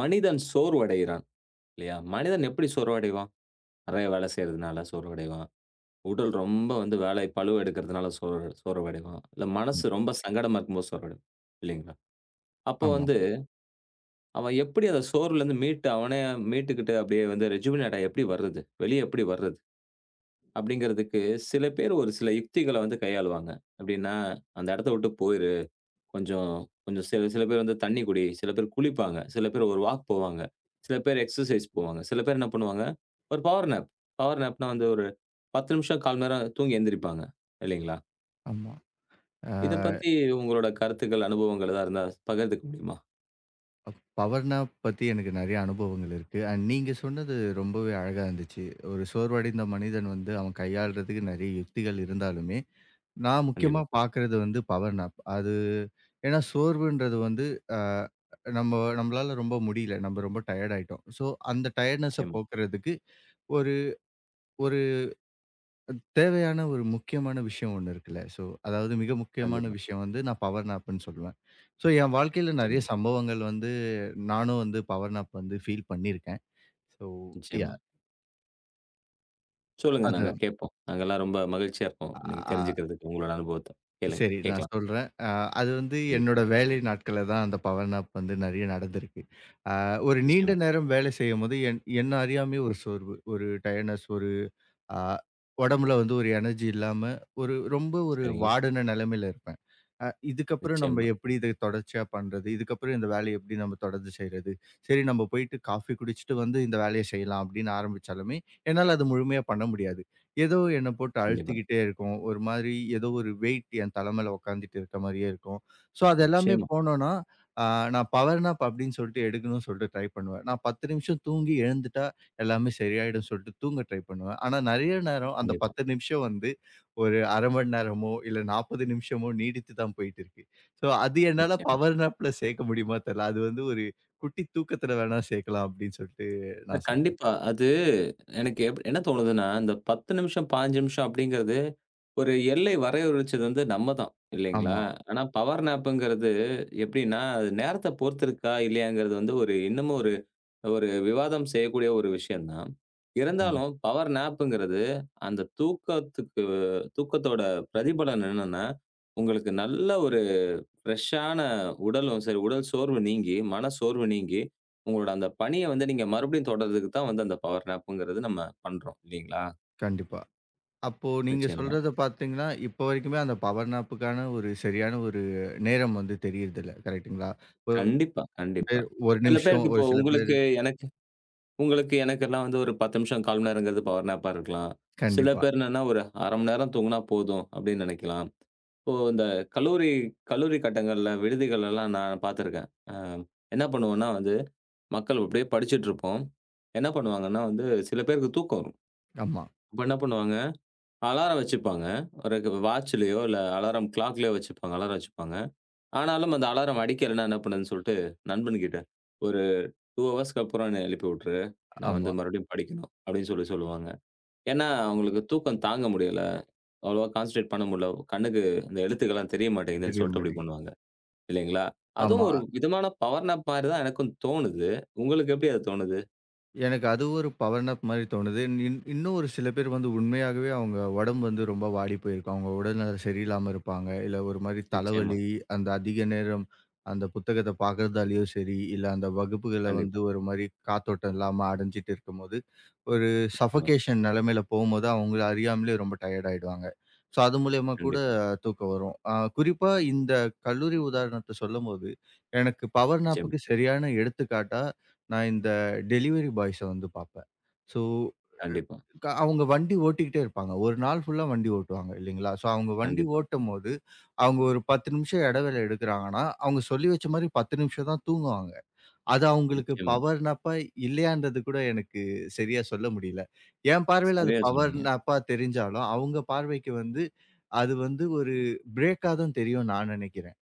மனிதன் சோர்வடைகிறான் இல்லையா? மனிதன் எப்படி சோர்வடைவான்? நெறைய வேலை செய்றதுனால சோர்வடைவான். உடல் ரொம்ப வந்து வேலை பளுவ எடுக்கிறதுனால சோர்வடைவான். இல்ல ம். மனசு ரொம்ப சங்கடமா இருக்கும்போது சோர்வடைவான். இல்லைங்களா? அப்போ ஆமா, வந்து அவன் எப்படி அந்த சோர்வுலேருந்து மீட்டு அவனே மீட்டுக்கிட்டு அப்படியே வந்து ரெஜுவினேட் ஆயி எப்படி வர்றது? வெளிய எப்படி வர்றது? அப்படிங்கிறதுக்கு சில பேர் ஒரு சில யுக்திகள வந்து கையாளுவாங்க. எப்படின்னா, அந்த இடத்த விட்டு போயிரு. கொஞ்சம் கொஞ்சம் சில சில பேர் வந்து தண்ணி குடி, சில பேர் குளிப்பாங்க, சில பேர் ஒரு வாக் போவாங்க, சில பேர் எக்ஸர்சைஸ் போவாங்க, சில பேர் என்ன பண்ணுவாங்க, ஒரு பவர் நேப். பவர் நேப்னா வந்து ஒரு 10 நிமிஷம், 1/4 மணி நேரம் தூங்கி எந்திரிப்பாங்க இல்லைங்களா? ஆமா. இத பத்தி உங்களோட கருத்துக்கள், அனுபவங்கள் எதா இருந்தா பகிர்ந்துக்க முடியுமா? அ பவர் நேப் பத்தி எனக்கு நெறைய அனுபவங்கள் இருக்கு. அண்ட் நீங்க சொன்னது ரொம்பவே அழகா இருந்துச்சு. ஒரு சோர்வடைந்த மனிதன் வந்து அவன் கையாள்றதுக்கு நெறைய யுக்திகள் இருந்தாலுமே, நான் முக்கியமா கண்டிப்பா. பார்க்குறது வந்து பவர் நேப். அது ஏன்னா சோர்வுன்றது வந்து அ நம்ம நம்மளால ரொம்ப முடியல. நம்ம ரொம்ப டயர்ட் ஆயிட்டோம். ஸோ அந்த டயர்ட்னெஸ்ஸ நிச்சயமா. போக்குறதுக்கு ஒரு ஒரு தேவையான ஒரு முக்கியமான விஷயம் ஒண்ணு இருக்குல்ல. ஸோ, அதாவது மிக முக்கியமான கண்டிப்பா. விஷயம் வந்து நான் பவர் நாப்ன்னு சொல்லுவேன். ஸோ, என் வாழ்க்கையில நெறைய நிச்சயமா, சம்பவங்கள் வந்து நானும் வந்து பவர் நாப் வந்து ஃபீல் பண்ணியிருக்கேன். ஸோ, யா நிச்சயமா. சொல்லுங்க நாங்க அதுதான். கேட்போம். நாங்கலாம் ரொம்ப மகிழ்ச்சியா இருப்போம். அ நீங்க ஆ தெரிஞ்சுக்கிறதுக்கு உங்களோட அனுபவத்த. கேளுங்க, சரி நான் கேட்கலாம். சொல்றேன். அது வந்து கண்டிப்பா. என்னோட வேலை நாட்கள்ல தான் அந்த பவர் நாப் வந்து நெறைய நடந்திருக்கு. அ ஒரு நீண்ட நிச்சயமா. நேரம் வேலை செய்யும்போது என்ன அறியாமயே ஒரு சோர்வு, ஒரு டயர்ட்னஸ், ஒரு ஆ உடம்புல வந்து ஒரு எனர்ஜி இல்லாம, ஒரு ரொம்ப ஒரு சரிங்க. வாடின நிலைமையில இருப்பேன். இதுக்கப்புறம் நம்ம நிச்சயமா. எப்படி இத தொடர்ச்சியா பண்றது? இதுக்கப்புறம் இந்த வேலைய எப்படி நம்ம தொடர்ந்து செய்றது? சரி நம்ம போயிட்டு காஃபி குடிச்சுட்டு வந்து இந்த வேலைய செய்யலாம் அப்படின்னு ஆரம்பிச்சாலுமே, என்னால அது முழுமையா பண்ண முடியாது. ஏதோ என்ன போட்டு கண்டிப்பா. அழுத்திக்கிட்டே இருக்கும். ஒரு மாதிரி ஏதோ ஒரு வெயிட் என் தல மேல உட்காந்துட்டு இருக்க மாரியே இருக்கும். ஸோ அது எல்லாமே நிச்சயமா. போனோம்னா, ஆ நான் பவர் நாப் அப்படின்னு சொல்லிட்டு எடுக்கணும்னு சொல்லிட்டு ட்ரை பண்ணுவேன். நான் 10 நிமிஷம் தூங்கி எழுந்துட்டா, எல்லாமே சரியாயிடும் சொல்லிட்டு தூங்க ட்ரை பண்ணுவேன். ஆனா நெறைய நேரம் அந்த கண்டிப்பா. 10 நிமிஷம் வந்து ஒரு 1/2 மணி நேரமோ, இல்ல 40 நிமிஷமோ நீடித்து தான் போயிட்டு இருக்கு. ஸோ அது என்னால நிச்சயமா. பவர் நேப்ல சேர்க்க முடியுமா தெர்ல. அது வந்து ஒரு குட்டி தூக்கத்துல வேணா சேர்க்கலாம் அப்படின்னு சொல்லிட்டு நான் சொல்றேன். கண்டிப்பா. அது எனக்கு என்ன தோணுதுன்னா, இந்த 10 நிமிஷம், 15 நிமிஷம் அப்படிங்கிறது, ஒரு எல்லை வரையறுச்சது வந்து நம்ம தான், இல்லைங்களா? ஆமா. ஆமா. ஆனா பவர் நேப்புங்கிறது எப்படின்னா, அது நேரத்த பொறுத்திருக்கா, இல்லையாங்கிறது வந்து ஒரு இன்னமும் ஒரு ஒரு விவாதம் செய்யக்கூடிய ஒரு விஷயம் தான். கண்டிப் இருந்தாலும் பவர் நேப்புங்கிறது, அந்த தூக்கத்துக்கு தூக்கத்தோட பிரதிபலன் என்னன்னா, உங்களுக்கு நல்ல ஒரு ஃப்ரெஷ்ஷான உடலும் சரி, உடல் சோர்வு நீங்கி, மன சோர்வு நீங்கி, உங்களோட அந்த பணிய வந்து நீங்க மறுபடியும் தொடர்றதுக்கு தான் வந்து அந்த பவர் நேப்புங்கிறது நம்ம பண்றோம் இல்லீங்களா? கண்டிப்பா. அப்போ நீங்க நிச்சயமா. சொல்றத பார்த்தீங்கன்னா, இப்போ வரைக்குமே அந்த பவர் நேப்புக்கான ஒரு சரியான ஒரு நேரம் வந்து தெரியறதில்ல. கரெக்ட்டுங்களா? ஒ கண்டிப்பா, கண்டிப்பா. 1 சில நிமிஷம் பேருக்கு ஒரு இப்போ சில பேரு உங்களுக்கு, எனக்கு உங்களுக்கு, எனக்கெல்லாம் வந்து ஒரு 10 நிமிஷம், 1/4 மணி நேரங்கிறது பவர் நேப்பா இருக்கலாம். சில கண்டிப்பா. பேர் என்னன்னா ஒரு 1/2 மணி நேரம் தூங்குனா போதும் அப்படின்னு நெனைக்கலாம். இப்போ இந்த கல்லூரி கல்லூரி கட்டங்கள்ல, விடுதிகள்லலாம் நான் பார்த்துருக்கேன். என்ன பண்ணுவோம்னா வந்து, மக்கள் அப்படியே படிச்சுட்டு இருப்போம். என்ன பண்ணுவாங்கன்னா வந்து, சில பேருக்கு தூக்கம் வரும். ஆமா, அப்ப என்ன பண்ணுவாங்க, அலாரம் வச்சுப்பாங்க. ஒரு வாட்ச்லயோ, இல்ல அலாரம் கிளாக்லயோ வச்சுப்பாங்க. அலாரம் வச்சுப்பாங்க. ஆனாலும் அந்த அலாரம் அடிக்கலன்னா என்ன பண்ணுதுன்னு சொல்லிட்டு, நண்பன்கிட்ட ஒரு 2 ஹவர்ஸ்க்கு அப்புறம் என்னைய எழுப்பி விட்டுரு. நான் வந்து ஆமா. மறுபடியும் படிக்கணும். அப்படின்னு சொல்லி சொல்லுவாங்க. ஏன்னா, அவங்களுக்கு தூக்கம் தாங்க முடியல. அவ்வளவா கான்சன்ட்ரேட் பண்ண முடியல. கண்ணுக்கு இந்த எழுத்துக்கள்லாம் தெரிய மாட்டேங்குதுன்னு தெரிய சொல்லிட்டு அப்படி மாட்டேங்குது. பண்ணுவாங்க. இல்லைங்களா? ஆமா. அதுவும் ஒரு விதமான பவர் நேப் மாரி தான் எனக்கும் தோணுது. உங்களுக்கு எப்படி அது தோணுது? எனக்கு அது ஒரு பவர் நாப் மாரி தோணுது. இன்னும் ஒரு சில பேர் வந்து உண்மையாகவே அவங்க உடம்பு வந்து ரொம்ப வாடி போயிருக்கும். அவங்க உடல்நலம் சரியில்லாம இருப்பாங்க. இல்ல ஒரு மாரி நிச்சயமா. தலைவலி, அந்த அதிக நேரம் அந்த புத்தகத்த பார்க்கறதாலயோ சரி, இல்ல அந்த வகுப்புகள வந்து கண்டிப்பா. ஒரு மாரி காத்தோட்டம் இல்லாம அடைஞ்சுட்டு இருக்கும்போது, ஒரு நிச்சயமா. சஃபகேஷன் நிலைமையில போகும்போது அவங்கள அறியாமலே ரொம்ப டயர்ட் ஆயிடுவாங்க. ஸோ அது மூலியமா கூட கண்டிப்பா. தூக்கம் வரும். குறிப்பா இந்த கல்லூரி உதாரணத்த சொல்லும்போது, எனக்கு பவர் நிச்சயமா. நாப்புக்கு சரியான எடுத்துக்காட்டா நான் இந்த டெலிவரி பாய்ஸ வந்து பார்ப்பேன். ஸோ கண்டிப்பா. அவங்க வண்டி ஓட்டிக்கிட்டே இருப்பாங்க. ஒரு நாள் ஃபுல்லா வண்டி ஓட்டுவாங்க இல்லைங்களா? ஸோ அவங்க வண்டி கண்டிப்பா. ஓட்டும்போது, அவங்க ஒரு 10 நிமிஷம் இடைவேளை எடுக்கிறாங்கன்னா, அவங்க சொல்லி வச்ச மாரி 10 நிமிஷம் தான் தூங்குவாங்க. அது அவங்களுக்கு நிச்சயமா. பவர் நாப்பா இல்லையான்றது கூட எனக்கு சரியா சொல்ல முடியல. என் பார்வையில அது சரியா பவர் சொன்னீங்க. நாப்பா தெரிஞ்சாலும், அவங்க பார்வைக்கு வந்து அது வந்து ஒரு பிரேக்கா தான் தெரியும்னு நான் நினைக்கிறேன்.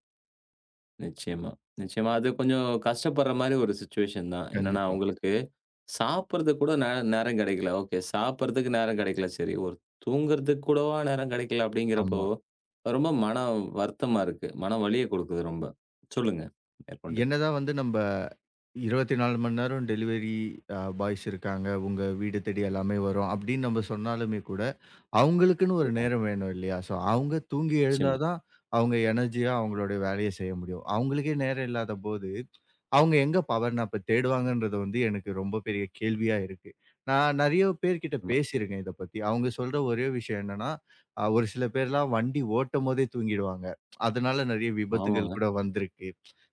நிச்சயமா, நிச்சயமா. அது கொஞ்சம் கஷ்டப்படுற மாரி ஒரு சிச்சுவேஷன் தான். என்னன்னா, கண்டிப்பா. உங்களுக்கு சாப்பிடுறதுக்கு கூட நேரம் கிடைக்கல. ஓகே. சாப்பிடுறதுக்கு நேரம் கிடைக்கல. சரி. ஒரு தூங்குறதுக்கு கூடவா நேரம் கிடைக்கல அப்படிங்கிறப்போ, ஆமா. ரொம்ப மன வருத்தமா இருக்கு. மன வலிய கொடுக்குது ரொம்ப. சொல்லுங்க மேற்கொண்டு. என்னதான் வந்து நம்ப 24 மணி நேரம் டெலிவரி பாய்ஸ் இருக்காங்க. உங்க வீடு தேடி எல்லாமே வரும். அப்படின்னு நம்ம சொன்னாலுமே கூட, அவங்களுக்குன்னு ஒரு கண்டிப்பா. நேரம் வேணும் இல்லையா? ஸோ அவங்க தூங்கி எழுந்தா நிச்சயமா, தான், அவங்க எனர்ஜியா அவங்களுடைய வேலைய செய்ய முடியும். அவங்களுக்கே நேரம் இல்லாதபோது, அவங்க எங்க பவர் நாப்ப தேடுவாங்கன்றது வந்து எனக்கு ரொம்ப பெரிய கேள்வியா இருக்கு. நான் நெறைய பேர்கிட்ட நிச்சயமா. பேசியிருக்கேன் இத பத்தி. அவங்க சொல்ற ஒரே விஷயம் என்னன்னா, ஒரு சில பேர்லாம் வண்டி ஓட்டும்போதே தூங்கிடுவாங்க. அதனால நெறைய விபத்துகள் ஆமாங்க. கூட வந்திருக்கு.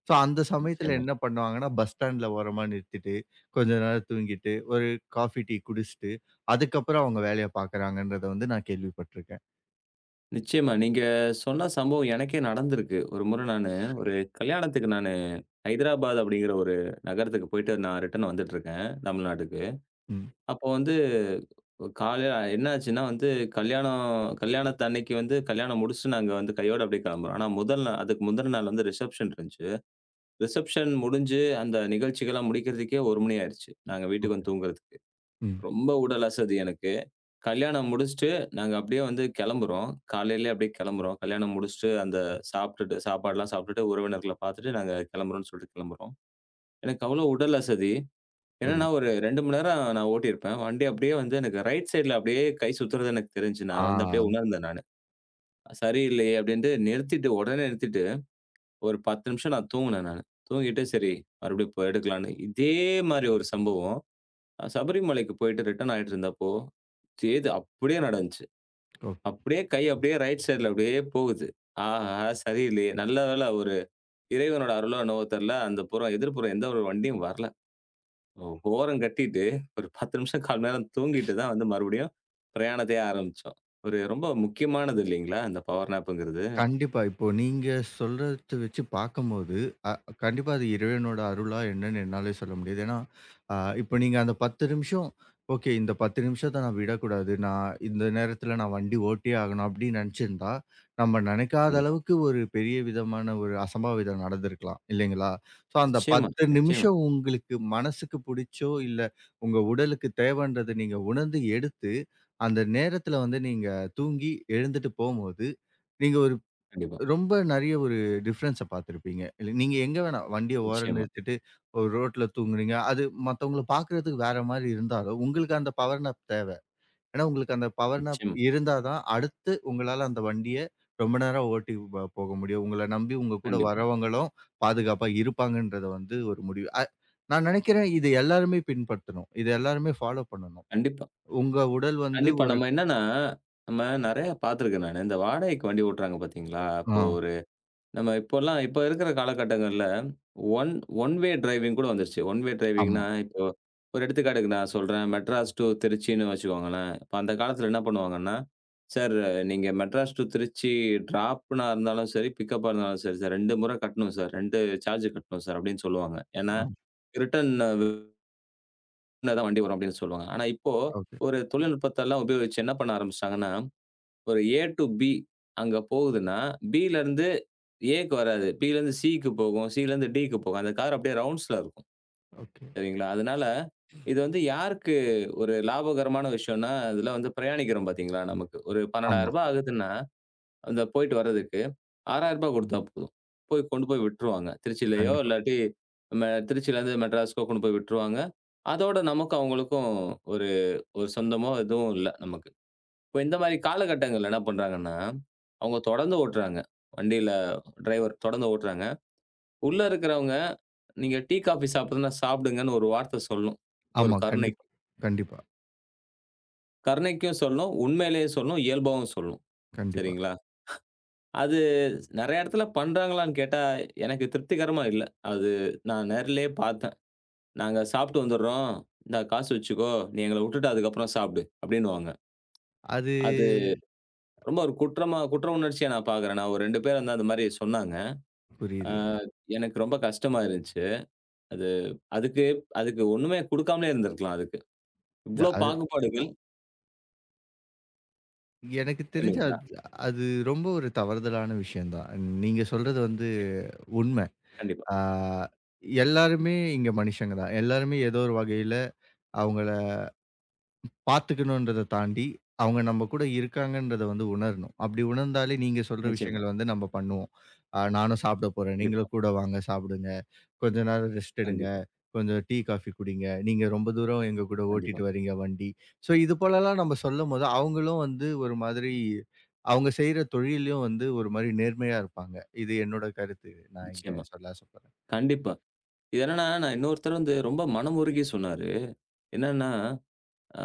ஸோ, அந்த சமயத்துல நிச்சயமா. என்ன பண்ணுவாங்கன்னா, பஸ் ஸ்டாண்ட்ல ஓரமா நிறுத்திட்டு, கொஞ்ச நேரம் தூங்கிட்டு, ஒரு காஃபி, டீ குடிச்சுட்டு, அதுக்கப்புறம் அவங்க வேலைய பாக்குறாங்கன்றத வந்து நான் கேள்விப்பட்டுருக்கேன். நிச்சயமா. நீங்க சொன்ன சம்பவம் எனக்கே நடந்திருக்கு. ஒரு முறை நானு ஒரு கல்யாணத்துக்கு நானு ஹைதராபாத் அப்படிங்கிற ஒரு நகரத்துக்கு போயிட்டு நான் ரிட்டர்ன் வந்துட்டுருக்கேன், தமிழ்நாட்டுக்கு. ம். அப்போ வந்து காலையில என்னாச்சுன்னா வந்து கல்யாணம் கல்யாணத்தன்னைக்கு வந்து கல்யாணம் முடிச்சுட்டு நாங்க வந்து கையோட அப்படியே கிளம்புறோம். ஆனா முதல் நாள் அதுக்கு முந்தின நாள் வந்து ரிசப்ஷன் இருந்துச்சு. ரிசப்ஷன் முடிஞ்சு அந்த நிகழ்ச்சிகள்லாம் முடிக்கிறதுக்கே 1 மணி ஆயிடுச்சு. நாங்க வீட்டுக்கு ஓகே. வந்து தூங்குறதுக்கு. ம். ரொம்ப உடல் அசதி எனக்கு. கல்யாணம் முடிச்சுட்டு நாங்க அப்படியே வந்து கிளம்புறோம். காலையிலயே அப்படியே கிளம்புறோம். கல்யாணம் முடிச்சுட்டு அந்த சாப்பிட்டுட்டு சாப்பாடுலாம் சாப்பிட்டுட்டு உறவினர்கள பார்த்துட்டு நாங்க கிளம்புறோம்னு சொல்லிட்டு கிளம்புறோம். எனக்கு அவ்வளோ உடல் அசதி. என்னன்னா, புரியுது. ஒரு 2 மணி நேரம் நான் ஓட்டியிருப்பேன். வண்டி அப்படியே வந்து எனக்கு ரைட் சைட்ல அப்படியே கை சுத்துறது எனக்கு தெரிஞ்சு, ஆ. நான் வந்து அப்படியே உணர்ந்தேன் நானு. சரியில்லையே அப்படின்ட்டு நிறுத்திட்டு, உடனே நிறுத்திட்டு, ஒரு 10 நிமிஷம் நான் தூங்குனேன் நானு. தூங்கிட்டு சரி மறுபடியும் இப்ப எடுக்கலான்னு. இதே மாரி ஒரு சம்பவம் நான் சபரிமலைக்கு போயிட்டு ரிட்டர்ன் ஆயிட்டு இருந்தப்போ, சேது அப்படியே நடந்துச்சு. ஓ அப்படியே கை அப்படியே ரைட் சைட்ல அப்படியே போகுது. ஆஹா! சரியில்லையே. நல்ல வேளை ஒரு இறைவனோட அருளோ என்னவோ தெர்ல. அந்த புறம் எதிர்ப்புறம் எந்த ஒரு வண்டியும் வரல. ஓ! ஓரம் கட்டிட்டு, ஒரு 10 நிமிஷம், 1/4 நேரம் தூங்கிட்டு தான் வந்து மறுபடியும் பிரயாணத்தையே ஆரம்பிச்சோம். ஒரு ரொம்ப முக்கியமானது இல்லைங்களா? இந்த பவர் நேப்புங்கிறது. கண்டிப்பா. இப்போ நீங்க சொல்றத வச்சு பார்க்கும்போது, அ கண்டிப்பா அது இறைவனோட அருளா என்னன்னு என்னாலயே சொல்ல முடியாது. ஏன்னா, அ இப்போ நீங்க அந்த 10 நிமிஷம், ஓகே இந்த 10 நிமிஷத்த நான் விடக்கூடாது. நான் இந்த நேரத்தில நான் வண்டி ஓட்டியே ஆகணும் அப்படின்னு நெனச்சிருந்தா, நம்ம நெனைக்காத கண்டிப்பா. அளவுக்கு ஒரு பெரிய விதமான ஒரு அசம்பாவிதம் நடந்திருக்கலாம். இல்லைங்களா? ஸோ அந்த நிச்சயமா, 10 நிச்சயமா. நிமிஷம் உங்களுக்கு மனசுக்கு புடிச்சோ, இல்ல உங்க உடலுக்கு தேவன்றத நீங்க உணர்ந்து எடுத்து, அந்த நேரத்தில வந்து நீங்க தூங்கி எழுந்துட்டு போம்போது, நீங்க ஒரு கண்டிப்பா. ரொம்ப நெறைய ஒரு டிஃபரன்ஸ பார்த்திருப்பீங்க. இல்ல நீங்க எங்க வேணா வண்டிய ஓரம் நிச்சயமா, நிறுத்திட்டு ஒரு ரோட்ல தூங்குறீங்க. அது மத்தவங்கள பார்க்கறதுக்கு வேற மாரி இருந்தாலும், உங்களுக்கு அந்த பவர் நாப் தேவ. ஏன்னா, உங்களுக்கு அந்த பவர் நாப் நிச்சயமா. இருந்தா தான் அடுத்து உங்களால அந்த வண்டிய ரொம்ப நேரம் ஓட்டி போக முடியும். உங்கள நம்பி உங்க கூட கண்டிப்பா, வரவங்களும் பாதுகாப்பா இருப்பாங்கன்றத வந்து ஒரு முடிவு. நான் நெனைக்கிறேன் இது எல்லாருமே பின்பற்றணும். இது எல்லாருமே ஃபாலோ பண்ணணும். கண்டிப்பா. உங்க உடல் வந்து கண்டிப்பா. ஒரு நம்ம என்னன்னா, நம்ம நெறைய பார்த்துருக்கேன் நானு. இந்த வாடகைக்கு வண்டி ஓட்டுறாங்க பார்த்தீங்களா? ஆ அப்போ நம்ம இப்போலாம் இப்ப இருக்கிற காலகட்டங்கள்ல, ஒன் ஒன் வே டிரைவிங் கூட வந்துருச்சு. ஒன் வே ஆமா. டிரைவிங்ன்னா, இப்போ ஒரு எடுத்துக்காட்டுக்கு நான் சொல்றேன். மெட்ராஸ் டூ திருச்சின்னு வச்சுக்கோங்களேன். இப்ப அந்த காலத்தில என்ன பண்ணுவாங்கன்னா, "சார் நீங்க மெட்ராஸ் டூ திருச்சி ட்ராப்‌னா இருந்தாலும் சரி, பிக்கப்‌பா இருந்தாலும் சரி சார், 2 முறை கட்டணும் சார். 2 சார்ஜ் கட்டணும் சார்" அப்படின்னு சொல்லுவாங்க. ஏன்னா, ஆ. ரிட்டர்ன் தான் வண்டி வரும் அப்படின்னு சொல்லுவாங்க. ஆனா இப்போ, ஓகே. ஒரு தொழில்நுட்பத்தெல்லாம் உபயோகிச்சு என்ன பண்ண ஆரம்பிச்சுட்டாங்கன்னா ஒரு ஏ டூ பி அங்க போகுதுன்னா, பிலருந்து ஏக்கு வராது. பிலருந்து சிக்கு போகும். சிலருந்து டிக்கு போகும். அந்த கார் அப்படியே ரவுண்ட்ஸ்ல இருக்கும். ஓகே. சரிங்களா? அதனால இது வந்து யாருக்கு ஒரு லாபகரமான விஷயம்னா, இதுல வந்து பிரயாணிக்கிறோம் பார்த்தீங்களா, நமக்கு ஒரு ரூ. ஆமா. 12,000 ஆகுதுன்னா, அந்த போயிட்டு வர்றதுக்கு ரூ. 6,000 குடுத்தா போதும். போய் கொண்டு போய் விட்டுருவாங்க. திருச்சிலயோ கண்டிப்பா. இல்லாட்டி நம்ம திருச்சிலருந்து மெட்ராஸ்க்கோ கொண்டு போய் விட்டுருவாங்க. அதோட நமக்கும் அவங்களுக்கும் ஒரு ஒரு சொந்தமோ எதுவும் இல்ல நமக்கு. இப்ப இந்த மாரி காலகட்டங்கள்ல என்ன பண்றாங்கன்னா, அவங்க தொடர்ந்து ஓட்டுறாங்க. வண்டியில டிரைவர் தொடர்ந்து ஓட்டுறாங்க. உள்ள இருக்கிறவங்க, "நீங்க டீ, காஃபி சாப்பிடுறதுன்னா சாப்பிடுங்கன்னு" ஒரு வார்த்தை சொல்லணும். ஒரு ஆமா. கருணைக்கு. கண்டிப்பா, கண்டிப்பா, கருணைக்கும் சொல்லணும், உண்மையிலேயே சொல்லணும், இயல்பாவும் சொல்லணும். கண்டிப்பா. சரிங்களா? அது நெறைய இடத்துல பண்றாங்களான்னு கேட்டா, எனக்கு திருப்திகரமா இல்ல. அது நான் நேர்லயே பார்த்தேன். "நாங்க சாப்பிட்டு வந்துடுறோம். இந்தா காசு வச்சுக்கோ. நீ எங்கள விட்டுட்டு அதுக்கப்புறம் சாப்பிடு" அப்படின்னுவாங்க. அது அது ரொம்ப ஒரு குற்றமா குற்ற உணர்ச்சியா நான் பார்க்குறேன். நான் ஒரு 2 பேர் வந்து அந்த மாரி சொன்னாங்க. ஆ புரியுது. எனக்கு ரொம்ப கஷ்டமா இருந்துச்சு. அது அதுக்கு அதுக்கு ஒண்ணுமே குடுக்காமலே இருந்திருக்கலாம் அதுக்கு. இல்ல இவ்ளோ அது பாகுபாடுகள் எனக்கு தெரிஞ்சு இல்லைங்களா? அது அது ரொம்ப ஒரு தவறுதலான விஷயம் தான். நீங்க சொல்றது வந்து நிச்சயமா. உண்மை. கண்டிப்பா. ஆ எல்லாருமே இங்க மனுஷங்க தான். எல்லாருமே ஏதோ ஒரு வகையில அவங்கள பார்த்துக்கணுன்றத தாண்டி, அவங்க நம்ம கூட இருக்காங்கன்றத வந்து உணரணும். அப்படி உணர்ந்தாலே நீங்க சொல்ற நிச்சயமா. விஷயங்கள வந்து நம்ம பண்ணுவோம். "ஆ நானும் சாப்பிட போறேன். கண்டிப்பா. நீங்களும் கூட வாங்க சாப்பிடுங்க." கொஞ்ச நேரம் ரெஸ்ட் எடுங்க. கண்டிப்பா. கொஞ்சம் டீ, காஃபி குடிங்க. நீங்க ரொம்ப தூரம் எங்க கூட கண்டிப்பா. ஓட்டிட்டு வரீங்க வண்டி. ஸோ இது போலலாம் நம்ம சொல்லும்போது, அவங்களும் வந்து ஒரு மாதிரி அவங்க செய்ற தொழில்லயும் வந்து ஒரு மாரி நேர்மையா இருப்பாங்க. இது என்னோட கருத்து. நான் இங்க நிச்சயமா. சொல்ல ஆசைப்படுறேன். கண்டிப்பா. இது என்னன்னா, நான் இன்னொருத்தர் வந்து ரொம்ப மனம் உருகி சொன்னாரு. என்னன்னா, அ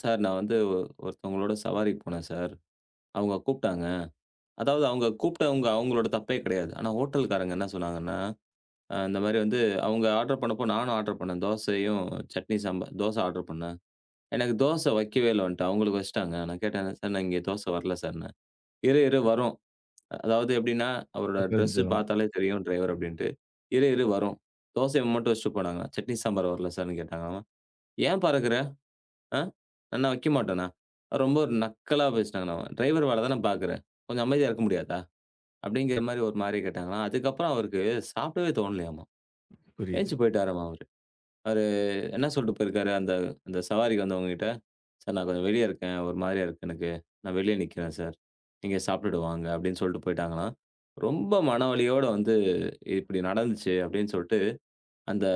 "சார் நான் வந்து ஒருத்தவங்களோட சவாரிக்கு போனேன் சார். அவங்க கூப்ட்டாங்க." அதாவது அவங்க கூப்ட்டவங்க அவங்களோட தப்பே கிடையாது. ஆனா ஹோட்டல்காரங்க என்ன சொன்னாங்கன்னா, இந்த மாரி வந்து அவங்க ஆர்டர் பண்ணப்போ நானும் ஆர்டர் பண்ணேன். தோசையும், சட்னி சாம்பார் தோசை ஆர்டர் பண்ணேன். எனக்கு தோசை வைக்கவே இல்ல வந்துட்டு. அவங்களுக்கு வச்சுட்டாங்க. நான் கேட்டேன், "சார் நான் இங்க தோசை வரல சார்ன்னேன்." "இரு, இரு வரும்." அதாவது எப்படின்னா, அவரோட ட்ரெஸ் கொஞ்சம் பார்த்தாலே தெரியும் டிரைவர் அப்படின்ட்டு. "இரு, இரு வரும்." தோசைய மட்டும் வச்சுட்டு போனாங்க. "சட்னி சாம்பார் வரல சார்ன்னு" கேட்டாங்க. அவன், "ஏன் பறக்குற? ஆ? நான் வைக்க மாட்டேனா?" ரொம்ப ஒரு நக்கலா பேசினாங்கண்ணா அவன். "டிரைவர் வேல தான பார்க்குற. கொஞ்சம் அமைதியா இருக்க முடியாதா?" அப்படிங்கிற மாரி ஒரு மாரி கேட்டாங்களாம். அதுக்கப்புறம் அவருக்கு சாப்பிடவே தோணலையாமா. புரியுது. எந்திச்சு போயிட்டாராமா அவரு. அவரு என்ன சொல்ட்டு போயிருக்காரு? அந்த அந்த சவாரிக்கு வந்தவங்ககிட்ட, "சார் நான் கொஞ்சம் வெளிய இருக்கேன். ஒரு மாரியா இருக்கு எனக்கு. நான் வெளிய நிக்கிறேன் சார். நீங்க சாப்ட்டுட்டு வாங்க." அப்படின்னு சொல்ட்டு போயிட்டாங்களாம். ரொம்ப மனவலியோட வந்து, "இப்படி நடந்துச்சு." அப்படின்னு சொல்ட்டு அந்த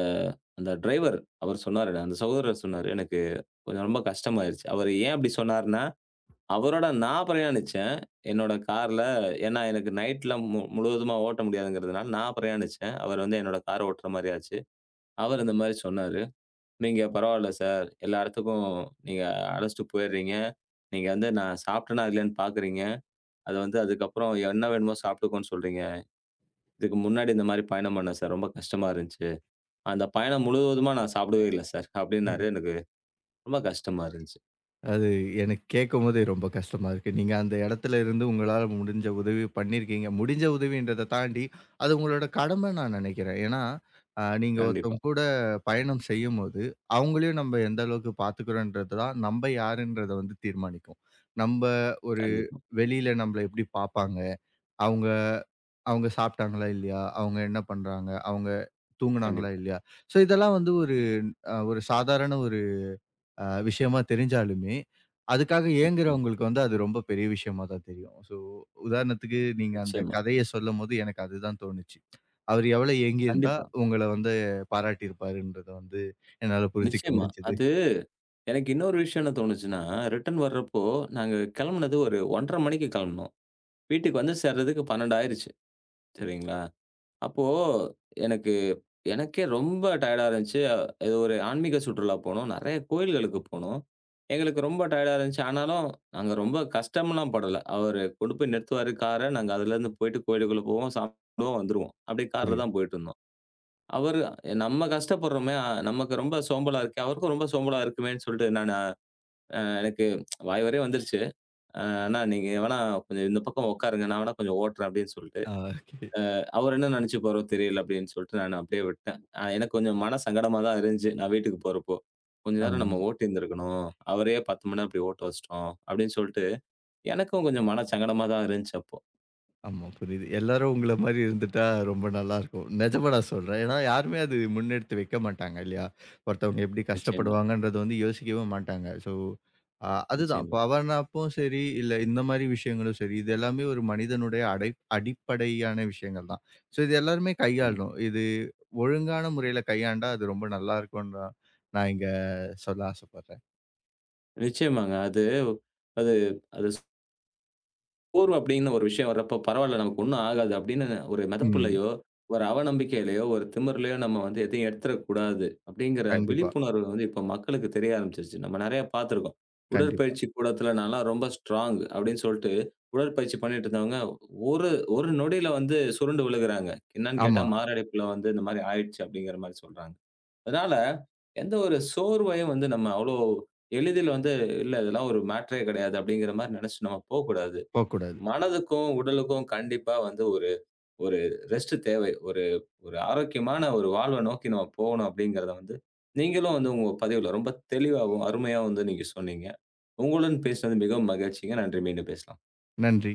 அந்த டிரைவர் அவர் சொன்னாரு. அந்த சகோதரர் சொன்னாரு, "எனக்கு கொஞ்சம் ரொம்ப கஷ்டமாயிருச்சு." அவரு ஏன் அப்படி சொன்னாருன்னா, அவரோட நான் பிரயாணிச்சேன். என்னோட கார்ல. ஏன்னா எனக்கு நைட்ல முழுவதுமா ஓட்ட முடியாதுங்கிறதுனால நான் பிரயாணிச்சேன். அவர் வந்து என்னோட கார் ஓட்டுற மாரி ஆச்சு. அவர் இந்த மாரி சொன்னாரு. நீங்க பரவால்ல சார். எல்லா இடத்துக்கும் நீங்க அழைச்சுட்டு போயிறீங்க. நீங்க வந்து நான் சாப்பிட்டேனா இல்லையான்னு பார்க்குறீங்க. அது வந்து அதுக்கப்புறம் என்ன வேணுமோ சாப்பிட்டுக்கோன்னு சொல்றீங்க. இதுக்கு முன்னாடி இந்த மாரி பயணம் பண்ணேன் சார். ரொம்ப கஷ்டமா இருந்துச்சு. அந்த பயணம் முழுவதுமா நான் சாப்பிடவே இல்ல சார் அப்டின்னாரு. எனக்கு ரொம்ப கஷ்டமா இருந்துச்சு. அது எனக்கு கேட்கும்போதே ரொம்ப கஷ்டமா இருக்கு. நீங்க அந்த இடத்துல இருந்து உங்களால முடிஞ்ச உதவி பண்ணியிருக்கீங்க. முடிஞ்ச உதவின்றத தாண்டி, அது உங்களோட கடமை நான் நினைக்கிறேன். ஏன்னா, நீங்க கண்டிப்பா, ஒருத்தவங்க கூட பயணம் செய்யும்போது, அவங்களையும் நம்ம எந்த அளவுக்கு பார்த்துக்கிறோன்றது தான் நம்ம யாருன்றத வந்து தீர்மானிக்கும். நம்ப ஒரு கண்டிப்பா, வெளியில நம்மள எப்படி பார்ப்பாங்க, அவங்க அவங்க சாப்பிட்டாங்களா இல்லையா? அவங்க என்ன பண்றாங்க? அவங்க தூங்குனாங்களா கண்டிப்பா. இல்லையா? ஸோ இதெல்லாம் வந்து ஒரு ஒரு சாதாரண ஒரு விஷயமா தெரிஞ்சாலுமே, அதுக்காக நிச்சயமா, ஏங்குறவங்களுக்கு வந்து அது ரொம்ப பெரிய விஷயமா தான் தெரியும். ஸோ, உதாரணத்துக்கு நீங்க அந்த நிச்சயமா. கதைய சொல்லும்போது எனக்கு அதுதான் தோணுச்சு. அவரு எவ்வளோ ஏங்கியிருந்தா கண்டிப்பா. உங்கள வந்து பாராட்டியிருப்பாருன்றத வந்து என்னால புரிஞ்சுக்க நிச்சயமா. முடிஞ்சது. அது எனக்கு இன்னொரு விஷயம் என்ன தோணுச்சுன்னா, ரிட்டர்ன் வர்றப்போ நாங்க கிளம்புனது ஒரு 1:30 மணிக்கு கிளம்புனோம். வீட்டுக்கு வந்து சேர்றதுக்கு 12 ஆயிருச்சு. சரிங்களா? அப்போ எனக்கு எனக்கே ரொம்ப டயர்டா இருந்துச்சு. ஏதோ ஒரு ஆன்மீக சுற்றுலா போனோம். நெறைய கோயில்களுக்கு போனோம். எங்களுக்கு ரொம்ப டயர்டா இருந்துச்சு. ஆனாலும், நாங்க ரொம்ப கஷ்டம்லாம் படல. அவரு கொண்டு போய் நிறுத்துவாரு கார. நாங்க அதுலேருந்து போயிட்டு கோயிலுக்குள்ள போவோம், சாப்பிடுவோம், வந்துருவோம். அப்படியே கார்ல புரியுது. தான் போயிட்டுருந்தோம். அவரு நம்ம கஷ்டப்படுறோமே, நமக்கு ரொம்ப சோம்பலா இருக்கே, அவருக்கும் ரொம்ப சோம்பலா இருக்குமேன்னு சொல்லிட்டு நானு எனக்கு வாய் வரைய வந்துருச்சு. "அண்ணா நீங்க வேணா கொஞ்சம் இந்த பக்கம் உட்காருங்க. நான் வேணா கொஞ்சம் ஓட்டுறேன்" அப்படின்னு சொல்லிட்டேன். ஆ ஓகே. அவரு என்ன நினைச்சுப்பாரோ தெரியல அப்படின்னு சொல்லிட்டு நான் அப்படியே விட்டேன். எனக்கு கொஞ்சம் மன சங்கடமா தான் இருந்துச்சு. நான் வீட்டுக்கு போறப்போ. கொஞ்ச நேரம் ஆமா. நம்ம ஓட்டியிருந்திருக்கணும். அவரையே 10 மணி நேரம் இப்படி ஓட்ட வச்சுட்டோம். அப்படின்னு சொல்லிட்டு எனக்கும் கொஞ்சம் மன சங்கடமா தான் இருந்துச்சு அப்போ. ஆமா, புரியுது. எல்லாரும் உங்கள மாரி இருந்துட்டா ரொம்ப நல்லாருக்கும். நெஜமா நான் சொல்றேன். ஏன்னா, யாருமே அது முன்னெடுத்து வைக்க மாட்டாங்க இல்லையா? ஒருத்தவங்க எப்படி நிச்சயமா, கஷ்டப்படுவாங்கன்றத வந்து யோசிக்கவே மாட்டாங்க. ஸோ, அதுதான். நிச்சயமா, பவர்னாப்பும் சரி, இல்ல இந்த மாரி விஷயங்களும் சரி, இது எல்லாமே ஒரு மனிதனுடைய அடிப்படையான விஷயங்கள் தான். ஸோ, இது எல்லாருமே நிச்சயமா. கையாளணும். இது ஒழுங்கான முறையில கையாண்டா, அது ரொம்ப நல்லாருக்கும்ன்னு தான் நான் நான் இங்க சொல்ல ஆசைப்படுறேன். நிச்சயமாங்க. அது அது அது போர்வ அப்படின்னு ஒரு விஷயம் வர்றப்போ, பரவால்ல நமக்கு ஒண்ணும் ஆகாது அப்படின்னு ஒரு ம். மெதப்புலயோ, ஒரு அவநம்பிக்கையிலயோ, ஒரு திமிர்லயோ நம்ம வந்து எதையும் எடுத்துறக்கூடாது. அப்படிங்கிற கண்டிப்பா, விழிப்புணர்வு வந்து இப்ப மக்களுக்கு தெரிய ஆரம்பிச்சிருச்சு. நம்ம நெறைய பார்த்துருக்கோம். கண்டிப்பா. உடற்பயிற்சி கூடத்துல நான்லாம் ரொம்ப ஸ்ட்ராங் அப்படின்னு சொல்ட்டு, உடற்பயிற்சி பண்ணிட்டு இருந்தவங்க ஒரு ஒரு நொடியில வந்து சுருண்டு விழுகுறாங்க. என்னன்னு கேட்டா ஆமா, மாரடைப்புல வந்து இந்த மாரி ஆயிடுச்சு அப்படிங்கிற மாரி சொல்றாங்க. அதனால எந்த ஒரு சோர்வையும் வந்து நம்ம அவ்வளோ எளிதில் வந்து, "இல்ல இதெல்லாம் ஒரு மேட்டரே கிடையாது." அப்படிங்கிற மாரி நெனச்சு நம்ம போக்கூடாது. போக்கூடாது. மனதுக்கும், உடலுக்கும் கண்டிப்பா வந்து ஒரு ஒரு ரெஸ்ட் தேவை. ஒரு ஒரு ஆரோக்கியமான ஒரு வாழ்வ நோக்கி நம்ம போகணும் அப்படிங்கிறத வந்து, நீங்களும் வந்து உங்க பதிவுல ரொம்ப தெளிவாவும், அருமையாவும் வந்து நீங்க சொன்னீங்க. உங்களுடன் பேசினது மிகவும் மகிழ்ச்சிங்க. நன்றி. மீண்டும் பேசலாம். நன்றி.